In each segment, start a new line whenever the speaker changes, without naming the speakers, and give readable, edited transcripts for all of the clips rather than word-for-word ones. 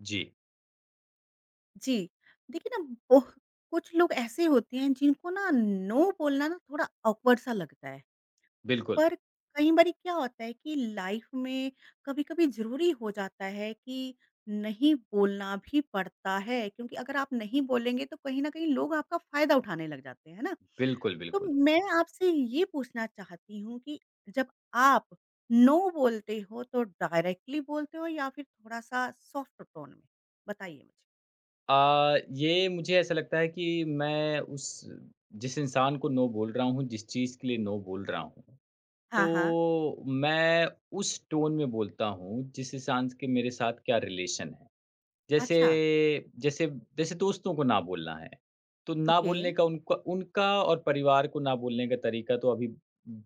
जी,
जी, देखिए ना ओह कुछ लोग ऐसे होते हैं जिनको ना नो बोलना ना थोड़ा ऑकवर्ड सा लगता है।
बिल्कुल।
पर कई बारी क्या होता है कि लाइफ में कभी-कभी ज़रूरी हो जाता है कि नहीं बोलना भी पड़ता है क्योंकि अगर आप नहीं बोलेंगे तो कहीं न कहीं लोग आपका फ़ायदा उठाने लग जाते हैं, है ना?
बिल्कुल,
तो
बिल्कुल।
मैं आपसे ये पूछना चाहती हूँ कि जब आप नो बोलते हो तो डायरेक्टली बोलते हो या फिर थोड़ा-सा सॉफ्ट टोन में? बताइए मुझे।
ये मुझे ऐसा लगता है कि मैं उस जिस इंसान को नो बोल रहा हूँ, जिस चीज़ के लिए नो बोल रहा हूँ,
हाँ, हाँ।
तो मैं उस टोन में बोलता हूँ जिस इंसान के मेरे साथ क्या रिलेशन है। जैसे
अच्छा।
जैसे जैसे दोस्तों को ना बोलना है, तो ना
ओके,
बोलने का उनका उनका और परिवार को ना बोलने का तरीका तो अभी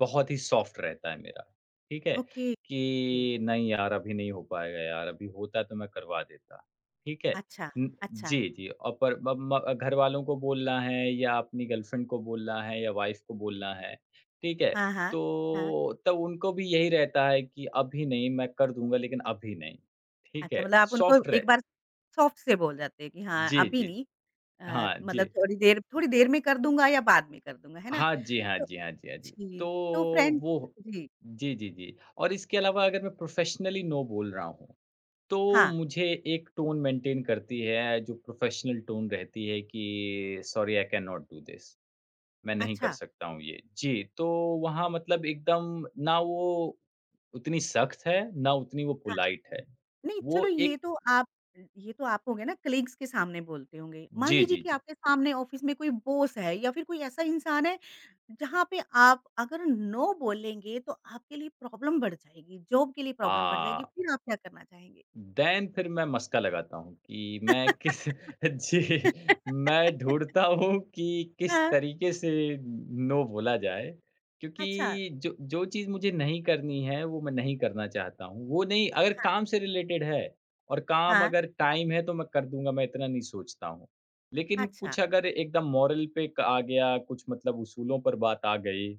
बहुत ही सॉफ्ट रहता है मेरा, ठीक है?
ओके। जी।
कि नहीं यार अभी नहीं हो पाएगा यार, अभी होता तो मैं करवा देता, ठीक है?
अच्छा, अच्छा।
जी, जी और पर ब म घरवालों को बोलना है या अपनी गर्लफ्रेंड को बोलना है या वाइफ़ को बोलना है, ठीक है?
हाँ, हाँ, हाँ।
तो तब उनको भी यही रहता है कि अभी नहीं मैं कर दूँगा लेकिन अभी नहीं, ठीक
अच्छा
है?
मतलब आप उनको
सॉफ्ट रह
एक बार सॉफ्ट से बोल जाते हैं कि हाँ,
जी,
अभी
जी।
नहीं
हाँ,
मतलब
जी।
थोड़ी देर में कर दूँगा या बाद में कर दूँगा, है ना?
हाँ जी, हाँ
तो
जी, हाँ जी, हाँ जी।
जी,
तो
तो फ्रेंड
वो
जी,
जी, जी, जी। और इसके अलावा अगर मैं प्रोफ़ेशनली नो बोल रहा हूँ, तो
हाँ,
मुझे एक टोन मेंटेन करती है जो प्रोफ़ेशनल टोन रहती है कि sorry I can not do this. मैं नहीं कर
अच्छा।
सकता हूँ ये। जी, तो वहाँ मतलब एकदम ना वो उतनी सख्त है, ना उतनी वो
हाँ।
पोलाइट है।
नहीं, चलो
वो एक
ये तो आप हो गए ना कलीग्स के सामने बोलते होंगे। मान
जी,
लीजिए
जी,
कि
जी।
आपके सामने ऑफ़िस में कोई बॉस है या फिर कोई ऐसा इंसान है, जहाँ पे आप अगर नो बोलेंगे तो आपके लिए प्रॉब्लम बढ़ जाएगी, जॉब के लिए प्रॉब्लम बढ़ जाएगी,
हाँ।
फिर आप क्या करना चाहेंगे?
देन फिर मैं मस्का लगाता हूँ कि मैं किस जी, मैं ढूँढता हूँ कि किस
हाँ,
तरीके से नो बोला जाए।
अच्छा,
क्योंकि जो जो चीज़ मुझे नहीं करनी है, वो मैं नहीं करना चाहता हूँ। वो नहीं अगर
हाँ,
काम से रिलेटेड है और काम
हाँ,
अगर टाइम है तो मैं कर दूँगा, मैं इतना नहीं सोचता हूँ। लेकिन
अच्छा,
कुछ अगर एकदम मॉरल पे क आ गया, कुछ मतलब उसूलों पर बात आ गई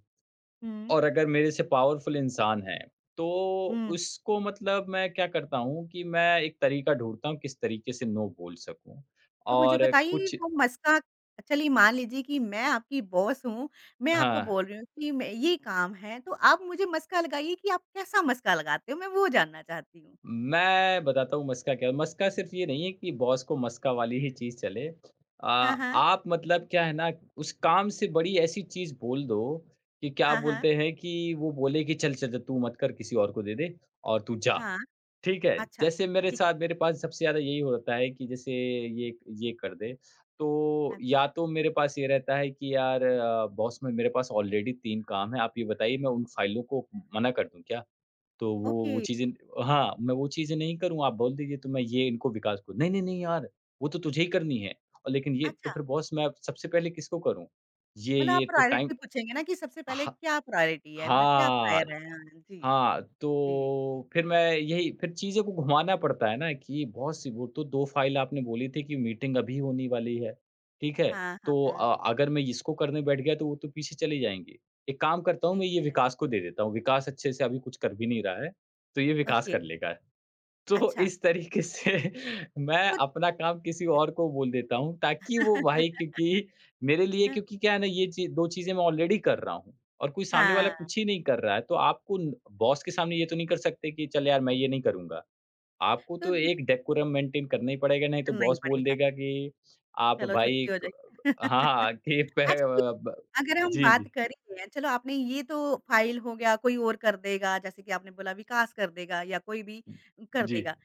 हुँ,
और अगर मेरे से पावरफुल इंसान है, तो
हुँ।
उसको मतलब मैं क्या करता हूँ कि मैं एक तरीका ढूँढता हूँ किस तरीके से नो बोल सकूँ।
तो मुझे
और
बताइए
कुछ
वो मस्का चलिए मान लीजिए कि मैं आपकी बॉस हूँ, मैं आपको
हाँ,
बोल रही हूँ कि मैं ये काम है, तो आप मुझे मस्का लगाइए कि आप कैसा मस्का लगाते हो? मैं वो जानना चाहती हूँ।
मैं बताता हूँ मस्का क्या है? मस्का सिर्फ़ ये नहीं है कि बॉस को मस्का वाली ही चीज़ चले।
हां, हां।
आप मतलब क्या है ना उस काम से बड़ी ऐसी चीज़ बोल दो कि क्या
हां, हां।
बोलते हैं कि वो बोले कि, "चल, चल, चल तू मत कर किसी और को दे दे और तू जा।"
हाँ,
ठीक है,
अच्छा,
जैसे
ठीक है,
मेरे पास सबसे ज़्यादा यही होता है कि जैसे ये कर दे, तो
अच्छा,
या तो मेरे पास ये रहता है कि यार बॉस में मेरे पास ऑलरेडी 3 काम हैं, आप ये बताइए मैं उन फ़ाइलों को मना कर दूँ क्या? तो वो
ओके,
वो चीज़ें हाँ, मैं वो चीज़ें नहीं करूँ, आप बोल दीजिए तो मैं ये इनको विकास को नहीं, नहीं, नहीं यार, वो तो तुझे ही करनी है और लेकिन ये तो
अच्छा,
फिर बॉस मैं सबसे पहले किसको करूँ?
मतलब आप
ये तो टाइम
प्रायोरिटी पूछेंगे ना कि सबसे पहले
ह
क्या प्रायोरिटी है? मतलब क्या
हाँ,
प्रायर है? हाँ, जी,
हाँ,
जी।
तो फिर मैं यही फिर चीज़ों को घुमाना पड़ता है ना कि बहुत सी वो तो 2 फ़ाइल आपने बोली थी कि मीटिंग अभी होने वाली है, ठीक है?
हाँ, हाँ,
तो
हाँ,
अगर मैं इसको करने बैठ गया तो वो तो पीछे चली जाएँगी। एक काम करता हूँ मैं
ठीक
ये
है,
विकास को दे देता हूँ, विकास अच्छे से अभी कुछ कर भी नहीं रहा है, तो ये विकास
ओके,
कर लेगा। तो
अच्छा,
इस तरीके से मैं
तो
अपना काम किसी और को बोल देता हूँ ताकि वो भाई क्योंकि मेरे लिए क्योंकि क्या है ना ये चीज़ 2 चीज़ें मैं ऑलरेडी कर रहा हूँ और कोई सामने वाला
हाँ,
कुछ ही नहीं कर रहा है, तो आपको न बॉस के सामने ये तो नहीं कर सकते कि चल यार मैं ये नहीं करूँगा। आपको
तो
तो
देखिए
एक डेकोरम मेंटेन करना ही पड़ेगा, नहीं तो
करना ही
बॉस बोल
पड़ेगा,
देगा कि आप
चलो
भाई
छुट्टी हो
क
जाएगी।
हाँ, हाँ कि पे
अच्छा
अ, ब
अगर हम
जी,
बात
जी।
कर ही रहे हैं, चलो आपने ये तो फाइल हो गया, कोई और कर देगा, जैसे कि आपने बोला विकास कर देगा या कोई भी कर
जी।
देगा।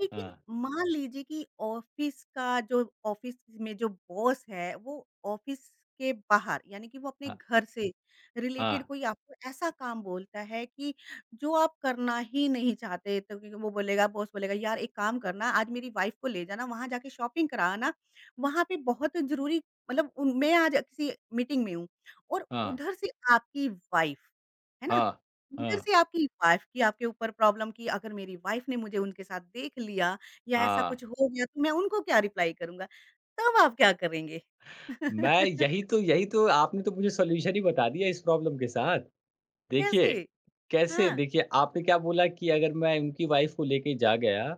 लेकिन
हाँ,
मान लीजिए कि ऑफ़िस का जो ऑफ़िस में जो बॉस है, वो ऑफ़िस के बाहर यानी कि वो अपने
हाँ,
घर से रिलेटेड
हाँ,
कोई आपको ऐसा काम बोलता है कि जो आप करना ही नहीं चाहते, तो क्योंकि वो बोलेगा बॉस बोलेगा, "यार एक काम करना, आज मेरी वाइफ़ को ले जाना, वहाँ जाके शॉपिंग करा आना, वहाँ पे बहुत ज़रूरी मतलब उन मैं आज किसी मीटिंग में हूँ।" और
हाँ,
उधर से आपकी वाइफ, है ना?
हाँ,
उधर
हाँ,
से आपकी वाइफ की आपके ऊपर प्रॉब्लम कि अगर मेरी वाइफ ने मुझे उनके साथ देख लिया या ऐसा
हाँ।
कुछ हो गया तो मैं उनको क्या रिप्लाई करूँगा? तब आप क्या करेंगे?
मैं यही तो यही तो आपने तो मुझे सॉल्यूशन ही बता दिया इस प्रॉब्लम के साथ। देखिए,
कैसे?
कैसे
हाँ,
देखिए आपने क्या बोला कि अगर मैं उनकी वाइफ़ को लेके जा गया,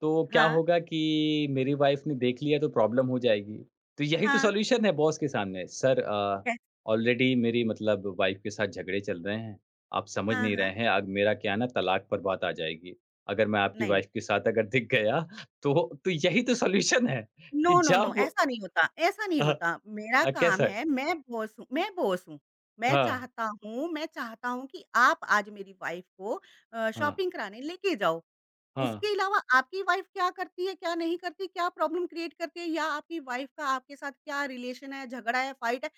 तो क्या
हाँ,
होगा कि मेरी वाइफ़ ने देख लिया तो प्रॉब्लम हो जाएगी। तो यही तो
हाँ,
सॉल्यूशन है बॉस के सामने, "सर
कै
ऑलरेडी मेरी मतलब वाइफ़ के साथ झगड़े चल रहे हैं। आप समझ
हाँ,
नहीं
हाँ।
रहे हैं, अब मेरा क्या है ना तलाक पर बात आ जाएगी। अगर मैं आपकी
नहीं, नहीं।
वाइफ़ के साथ अगर दिख गया तो" तो यही तो सॉल्यूशन है
नो,
कि
नो, नो
जब
ऐसा नहीं होता, ऐसा नहीं
अ,
होता। मेरा
अ,
काम
कैसा
है, मैं बॉस हूँ। मैं
हाँ।
चाहता हूँ मैं चाहता हूँ कि आप आज मेरी वाइफ को
हाँ,
शॉपिंग कराने लेके जाओ।
हाँ।
उसके अलावा आपकी वाइफ़ क्या करती है, क्या नहीं करती, क्या प्रॉब्लम क्रिएट करती है या आपकी वाइफ़ का आपके साथ क्या रिलेशन है, झगड़ा है, फाइट है,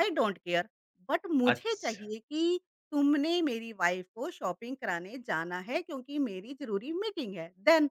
आई डोंट केयर। बट मुझे
अच्छा,
चाहिए कि तुमने मेरी वाइफ़ को शॉपिंग कराने जाना है क्योंकि मेरी ज़रूरी मीटिंग है, देन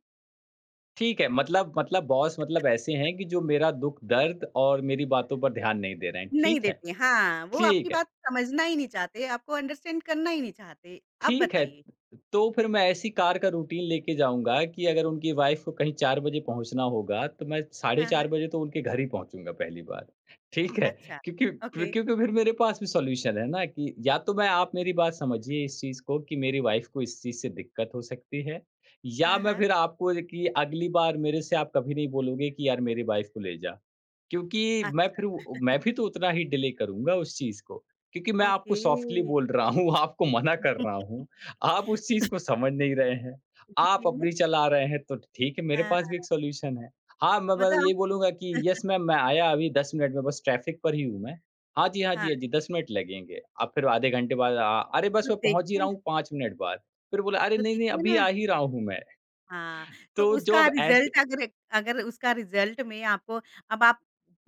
ठीक है मतलब मतलब बॉस मतलब ऐसे हैं कि जो मेरा दुःख-दर्द और मेरी बातों पर ध्यान नहीं दे रहे हैं,
नहीं
ठीक है,
देते हाँ, वो आपकी
ठीक है।
बात समझना ही नहीं चाहते, आपको अंडरस्टैंड करना ही नहीं चाहते। अब
ठीक है,
बताइए?
तो फिर मैं ऐसी कार का रूटीन लेके जाऊँगा कि अगर उनकी वाइफ़ को कहीं 4 बजे पहुँचना होगा, तो मैं साढ़े
हाँ,
4
हाँ,
बजे तो उनके घर ही पहुँचूँगा पहली बार, ठीक है?
अच्छा,
क्योंकि
ओके,
क्योंकि फिर मेरे पास भी सॉल्यूशन है ना कि या तो मैं आप मेरी बात समझिए इस चीज़ को कि मेरी वाइफ़ को इस चीज़ से दिक्कत हो सकती है या
हाँ,
मैं
हाँ,
फिर आपको कि अगली बार मेरे से आप कभी नहीं बोलोगे कि यार मेरी वाइफ़ को ले जा। क्योंकि मैं
अच्छा,
फिर वो मैं भी तो उतना ही डिले करूँगा उस चीज़ को। क्योंकि मैं आपको
ओके।
सॉफ्टली बोल रहा हूँ, आपको मना कर रहा हूँ। आप उस चीज़ को समझ नहीं रहे हैं। आप
जी, मत
अपनी चला रहे हैं तो ठीक है मेरे
हाँ,
पास भी एक सॉल्यूशन है। हाँ, मैं बस
मतलब
ये
आप
बोलूँगा कि यस मैम मैं आया अभी 10 मिनट में बस ट्रैफ़िक पर ही हूँ मैं। हाँ जी, हाँ जी,
हाँ,
हाँ जी 10 मिनट लगेंगे। अब फिर आधे घंटे बाद अरे बस
तो
मैं पहुँच ही रहा
देखिए
हूँ 5 मिनट बाद। फिर बोला अरे
तो
नहीं, नहीं
देखिए
अभी
ना
आ ही रहा हूँ मैं।
हाँ, तो
तो जो
उसका
अब ऐसे
रिज़ल्ट अगर अगर उसका रिज़ल्ट में आपको अब आप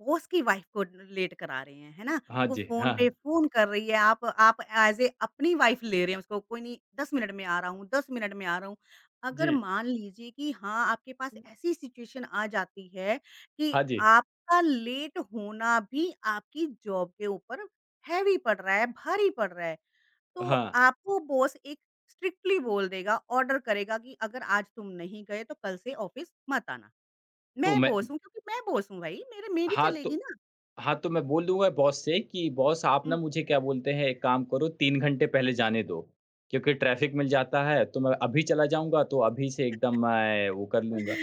बॉस की वाइफ़ को लेट करा रहे हैं, है ना?
हाँ
वो
जी,
फ़ोन
हाँ,
पे
हाँ।
फ़ोन कर रही है, आप एज़ ए अपनी वाइफ़ ले रहे हैं उसको, कोई नहीं 10 मिनट में आ रहा हूँ, 10 मिनट में आ रहा हूँ। अगर
जी।
मान लीजिए कि हाँ, आपके पास
हुँ।
ऐसी सिचुएशन आ जाती है कि
हाँ जी,
आपका लेट होना भी आपकी जॉब के ऊपर हैवी पड़ रहा है, भारी पड़ रहा है। तो
हाँ।
आपको बॉस एक स्ट्रिक्टली बोल देगा, ऑर्डर करेगा कि अगर आज तुम नहीं गए तो कल से ऑफ़िस मत आना।
तो
मैं
मैं
बॉस हूँ क्योंकि मैं बॉस हूँ भई, मेरे मेरी
हाँ,
चलेगी
तो
ना।
हाँ, तो मैं बोल दूँगा बॉस से कि बॉस आप ना
हुँ।
मुझे क्या बोलते हैं एक काम करो 3 घंटे पहले जाने दो, क्योंकि ट्रैफ़िक मिल जाता है तो मैं अभी चला जाऊँगा तो अभी से एकदम मैं वो कर लूँगा।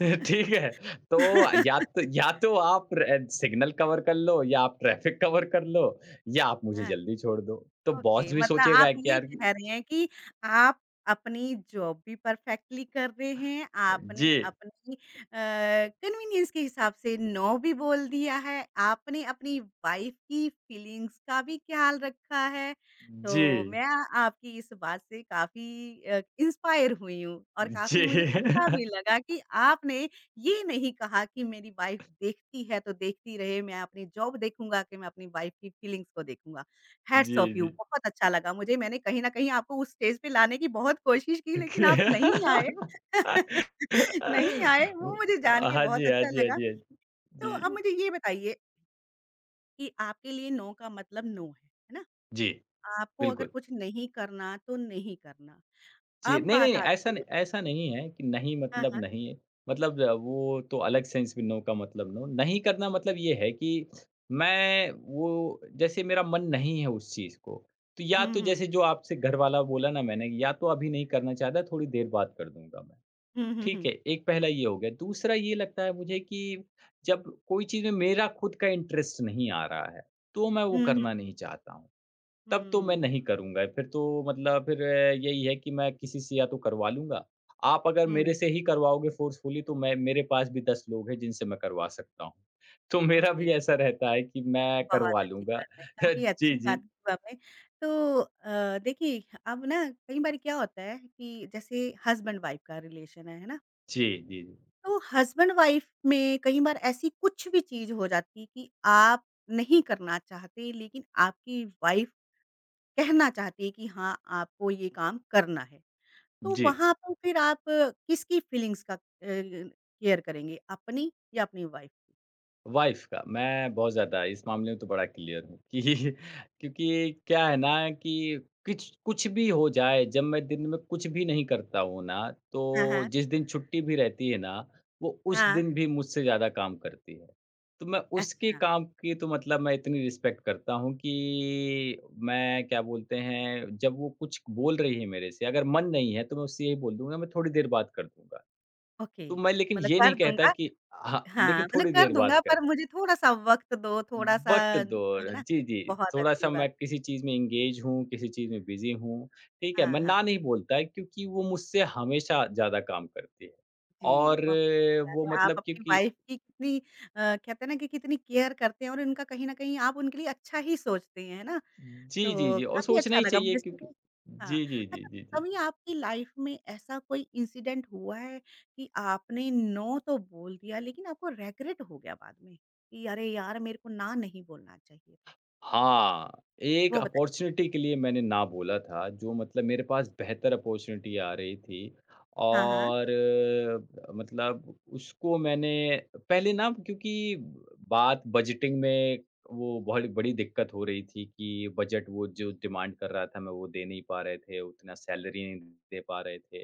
ठीक है, तो या तो या तो आप र सिग्नल कवर कर लो या आप ट्रैफ़िक कवर कर लो या आप मुझे
हाँ।
जल्दी छोड़ दो। तो बॉस
ओके,
भी
मतलब आप
सोचेगा कि
ये
यार
कह रहे हैं कि आप अपनी जॉब भी परफेक्टली कर रहे हैं, आपने
जी,
अपनी कन्वीनियंस के हिसाब से नो भी बोल दिया है, आपने अपनी वाइफ की फीलिंग्स का भी ख्याल रखा है।
जी,
तो मैं आपकी इस बात से काफ़ी इंस्पायर हुई हूँ और
जी।
काफ़ी मुझे अच्छा भी लगा कि आपने ये नहीं कहा कि मेरी वाइफ देखती है तो देखती रहे, मैं अपनी जॉब देखूँगा कि मैं अपनी वाइफ की फीलिंग्स को देखूँगा। हैट्स
जी,
ऑफ यू
जी।
बहुत अच्छा लगा मुझे, मैंने कहीं न कहीं आपको उस स्टेज पे लाने की बहुत कोशिश की लेकिन
ओके।
आप नहीं आए। नहीं आए,
वो
वो मुझे जान के
हाँ
बहुत
जी, हाँ
अच्छा
जी, हाँ
लगा।
जी, हाँ
तो
जी।
अब
जी।
मुझे ये बताइए कि आपके लिए नो का मतलब नो है ना?
जी,
आपको अगर
बिल्कुल।
कुछ नहीं करना तो नहीं करना।
जी,
अब
नहीं-नहीं
बात
ऐसा
आती
न
है
ऐसा नहीं है कि नहीं
हाँ,
मतलब
हाँ।
नहीं है। मतलब वो तो अलग सेंस में नो का मतलब नो। नहीं करना मतलब ये है कि मैं वो जैसे मेरा मन नहीं है उस चीज़ को, तो या
हुँ,
तो
हुँ।
जैसे जो आपसे घरवाला बोला ना मैंने, या तो अभी नहीं करना चाहता, थोड़ी देर बाद कर दूँगा मैं।
हुँ, हुँ,
ठीक
हुँ।
है, एक पहला ये हो गया। दूसरा ये लगता है मुझे कि जब कोई चीज़ में मेरा खुद का इंटरेस्ट नहीं आ रहा है, तो मैं वो
हुँ, हुँ।
करना नहीं चाहता हूँ। तब तो मैं नहीं
हुँ।
करूँगा, फिर तो मतलब फिर यही है कि मैं किसी से या तो करवा लूँगा। आप अगर मेरे
हुँ,
से ही करवाओगे फ़ोर्सफुली तो मैं मेरे पास भी 10 लोग हैं जिनसे मैं करवा सकता हूँ। तो मेरा
ओके।
भी ऐसा रहता है कि मैं
बहुत
करवा
अच्छी
लूँगा।
बात है, काफ़ी अच्छी
जी, जी।
बात की आपने। तो देखिए अब ना कई बार क्या होता है कि जैसे हस्बैंड वाइफ का रिलेशन है ना?
जी, जी,
तो हस्बैंड वाइफ में कई बार ऐसी कुछ भी चीज़ हो जाती है कि आप नहीं करना चाहते लेकिन आपकी वाइफ कहना चाहती है कि हाँ, आपको ये काम करना है। तो
जी।
वहाँ पर फिर आप किसकी फीलिंग्स का केयर करेंगे अपनी या अपनी वाइफ की?
वाइफ़ का, मैं बहुत ज़्यादा इस मामले में तो बड़ा क्लियर हूँ कि क्योंकि क्या है ना कि किच कुछ भी हो जाए, जब मैं दिन में कुछ भी नहीं करता हूँ ना,
हाँ,
तो
हाँ।
जिस दिन छुट्टी भी रहती है ना, वो उस
हाँ।
दिन भी मुझसे ज़्यादा काम करती है। तो मैं उसके
अच्छा,
काम की तो मतलब मैं इतनी रिस्पेक्ट करता हूँ कि मैं क्या बोलते हैं, जब वो कुछ बोल रही है मेरे से, अगर मन नहीं है तो मैं उससे यही बोल दूँगा, मैं थोड़ी देर बात कर दूँगा।
ओके।
तो मैं लेकिन
मतलब
ये नहीं
कर
कहता
दूँगा
कि हाँ,
हाँ,
लेकिन
मतलब
थोड़ी
कर
देर बात
दूँगा
कर
पर मुझे थोड़ा-सा वक़्त दो, थोड़ा-सा
वक़्त दो।
है ना?
जी, जी,
बहुत अच्छी
थोड़ा-सा
बात
मैं किसी चीज़ में एंगेज हूँ, किसी चीज़ में बिज़ी हूँ, ठीक है?
हाँ,
मैं
हाँ।
ना नहीं बोलता है, क्योंकि वो मुझसे हमेशा ज़्यादा काम करती है।
जी,
और
बहुत अच्छी बात
वो
है। आप
मतलब
अपनी
क्योंकि
वाइफ़ की कितनी कहते हैं ना कि कितनी केयर करते हैं और इनका कहीं न कहीं आप उनके लिए अच्छा ही सोचते हैं, है ना?
जी, जी,
तो
जी और
काफ़ी
सोचना
अच्छा
ही
लगा
चाहिए
मुझे सुन के
क्योंकि
हाँ।
जी, जी, जी,
अच्छा
जी, जी।
कभी आपकी लाइफ़ में ऐसा कोई इंसिडेंट हुआ है कि आपने नो तो बोल दिया लेकिन आपको रिग्रेट हो गया बाद में, कि अरे यार मेरे को ना नहीं बोलना चाहिए था?
हाँ, एक
वो बताइए।
अपॉर्च्युनिटी के लिए मैंने ना बोला था, जो मतलब मेरे पास बेहतर अपॉर्च्युनिटी आ रही थी
हाँ, हाँ।
और मतलब उसको मैंने पहले ना क्योंकि बात बजटिंग में वो बहुत बड़ी दिक्कत हो रही थी कि बजट वो जो डिमांड कर रहा था, मैं वो दे नहीं पा रहे थे, उतना सैलरी नहीं दे पा रहे थे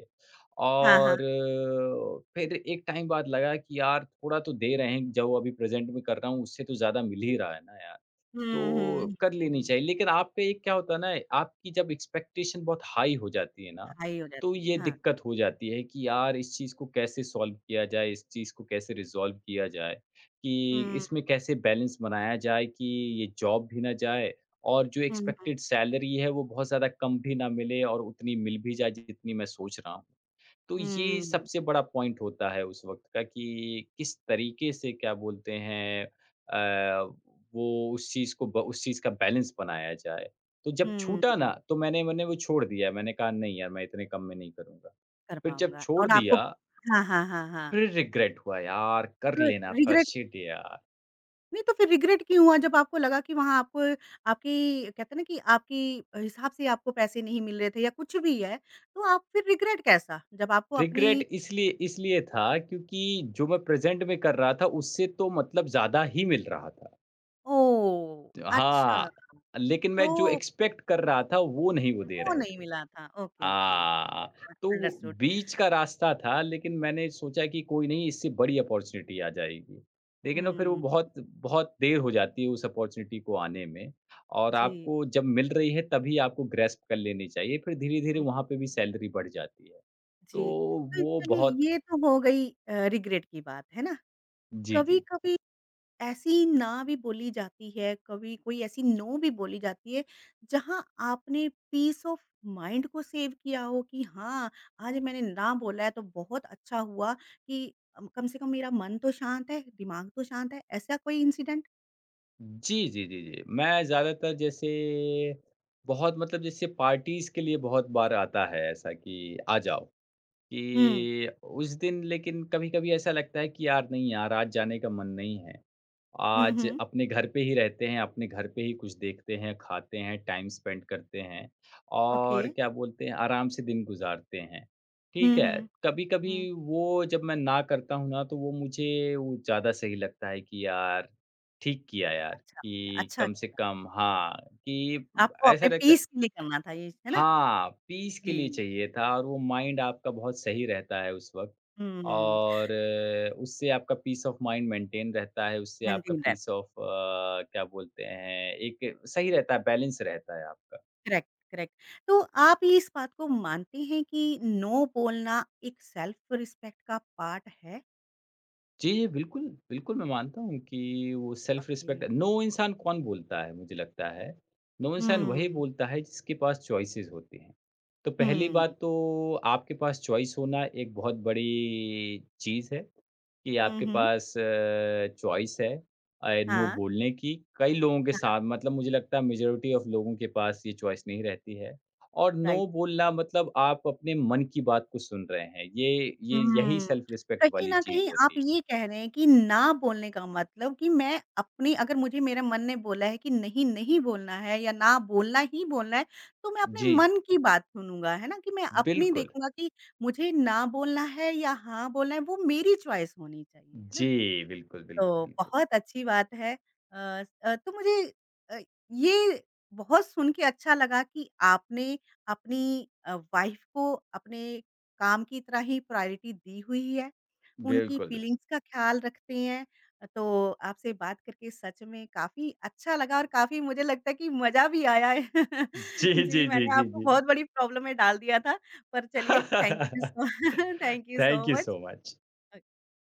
हाँ, हाँ।
और फिर एक टाइम बाद लगा कि यार थोड़ा तो दे रहे हैं, जो अभी प्रेज़ेंट में कर रहा हूँ, उससे तो ज़्यादा मिल ही रहा है ना यार।
हुँ, हुँ,
तो कर
हुँ,
लेनी
हुँ।
चाहिए। लेकिन आप पे एक क्या होता है ना, आपकी जब एक्सपेक्टेशन बहुत हाई हो जाती है ना,
हाई हो
तो
जाती है,
ये
हाँ।
दिक्कत हो जाती है कि यार इस चीज़ को कैसे सॉल्व किया जाए, इस चीज़ को कैसे रिज़ॉल्व किया जाए, कि
हुँ,
इसमें कैसे बैलेंस बनाया जाए कि ये जॉब भी ना जाए और जो
हुँ, हुँ,
एक्सपेक्टेड सैलरी है वो बहुत ज़्यादा कम भी ना मिले और उतनी मिल भी जाए जितनी मैं सोच रहा हूँ। तो ये
हुँ,
सबसे बड़ा पॉइंट होता है उस वक़्त का कि किस तरीके से क्या बोलते हैं वो उस चीज़ को ब उस चीज़ का बैलेंस बनाया जाए। तो जब छूटा ना
हुँ,
तो मैंने मैंने वो छोड़ दिया। मैंने कहा नहीं यार मैं इतने कम में नहीं करूँगा।
कर
फिर जब
पाऊँगा
छोड़
और आपको
दिया,
हाँ, हाँ, हाँ, हाँ।
फिर रिग्रेट हुआ यार कर
तो
लेना था,
रिग्रेट
शिट यार।
नहीं तो फिर रिग्रेट क्यों हुआ जब आपको लगा कि वहाँ आपको आपकी कहते हैं ना कि आपकी हिसाब से आपको पैसे नहीं मिल रहे थे या कुछ भी है, तो आप फिर रिग्रेट कैसा? जब आपको अपनी
रिग्रेट इसलिए इसलिए था क्योंकि जो मैं प्रेज़ेंट में कर रहा था उससे तो मतलब ज़्यादा ही मिल रहा था।
ओह! अच्छा,
हाँ, लेकिन मैं जो
तो
एक्सपेक्ट कर रहा था वो नहीं वो दे
वो
रहे
नहीं
थे।
मिला था। Okay, okay. ठीक है,
हाँ, तो
अंडरस्टूड।
बीच का रास्ता था लेकिन मैंने सोचा कि कोई नहीं इससे बड़ी अपॉर्च्युनिटी आ जाएगी। लेकिन वो फिर वो
हुँ,
बहुत बहुत देर हो जाती है उस अपॉर्च्युनिटी को आने में और
जी।
आपको जब मिल रही है तभी आपको ग्रैस्प कर लेनी चाहिए, फिर धीरे-धीरे
हुँ,
वहाँ पे भी
हुँ।
सैलरी बढ़ जाती है। तो
जी। तो
वो
चलिए
बहुत
ये तो हो गई रिग्रेट की बात, है ना?
जी, जी।
कभी-कभी ऐसी ना भी बोली जाती है, कभी कोई ऐसी नो भी बोली जाती है, जहाँ आपने पीस ऑफ माइंड को सेव किया हो कि हाँ, आज मैंने ना बोला है तो बहुत अच्छा हुआ कि कम से कम मेरा मन तो शांत है, दिमाग तो शांत है। ऐसा कोई इंसिडेंट?
जी, जी, जी, जी। मैं ज़्यादातर जैसे बहुत मतलब जैसे पार्टीज़ के लिए बहुत बार आता है ऐसा कि आ जाओ,
हुँ।
कि उस दिन लेकिन कभी-कभी ऐसा लगता है कि यार नहीं यार आज जाने का मन नहीं है।
हुँ,
आज
हुँ।
अपने घर पे ही रहते हैं, अपने घर पे ही कुछ देखते हैं, खाते हैं, टाइम स्पेंड करते हैं
ओके।
और क्या बोलते हैं, आराम से दिन गुज़ारते हैं। ठीक
हुँ,
है?
हुँ,
कभी-कभी
हुँ।
वो जब मैं ना करता हूँ ना, तो वो मुझे वो ज़्यादा सही लगता है कि यार, ठीक किया यार
अच्छा किया
कि
अच्छा
कम से
किया।
कम हाँ, कि
आपको
ऐसा
अपने
लगता
पीस के लिए करना था ये, है ना?
हाँ, पीस के
जी।
लिए चाहिए था और वो माइंड आपका बहुत सही रहता है उस वक़्त
हुँ।
और उससे आपका पीस ऑफ माइंड मेंटेन रहता है, उससे आपका
मंडेन रैप,
पीस ऑफ क्या बोलते हैं, एक सही रहता है, बैलेंस रहता है आपका।
Correct, correct. तो आप ये इस बात को मानते हैं कि नो बोलना एक सेल्फ रिस्पेक्ट का पार्ट है?
जी, जी, बिल्कुल, बिल्कुल मैं मानता हूँ कि वो सेल्फ
ओके।
रिस्पेक्ट नो इंसान कौन बोलता है मुझे लगता है, नो इंसान
हुँ,
वही
हुँ।
बोलता है जिसके पास चॉइसेस होती हैं। तो पहली बात तो आपके पास चॉइस होना एक बहुत बड़ी चीज़ है कि
हुँ,
आपके
हुँ।
पास चॉइस है नो
हाँ,
बोलने की। कई लोगों के
हाँ,
साथ मतलब मुझे लगता है मेजॉरिटी ऑफ लोगों के पास ये चॉइस नहीं रहती है और
राइट।
नो बोलना मतलब आप अपने मन की बात को सुन रहे हैं। ये यही
हुँ।
सेल्फ रिस्पेक्ट
कहीं
वाली
न कहीं
चीज़
आप
होती है।
ये कह रहे हैं कि ना बोलने का मतलब कि मैं अपनी अगर मुझे मेरे मन ने बोला है कि नहीं, नहीं बोलना है या ना बोलना ही बोलना है, तो मैं अपने
जी,
मन की बात सुनूँगा, है ना? कि मैं अपनी
बिल्कुल।
देखूँगा कि मुझे ना बोलना है या हाँ बोलना है, वो मेरी चॉइस होनी चाहिए, है
जी,
ना?
बिल्कुल, बिल्कुल,
तो
बिल्कुल।
बहुत अच्छी बात है। तो मुझे अ, ये बहुत सुन के अच्छा लगा कि आपने अपनी वाइफ़ को अपने काम की तरह ही प्रायोरिटी दी हुई है। उनकी
बिल्कुल।
फीलिंग्स का ख़्याल रखते हैं। तो आपसे बात करके सच में काफ़ी अच्छा लगा और काफ़ी मुझे लगता है कि मज़ा भी आया है।
जी,
जी,
जी, जी,
मैंने
जी,
आपको
जी।
बहुत बड़ी प्रॉब्लम में डाल दिया था। पर चलिए thank you so thank you so
thank you
much.
So much.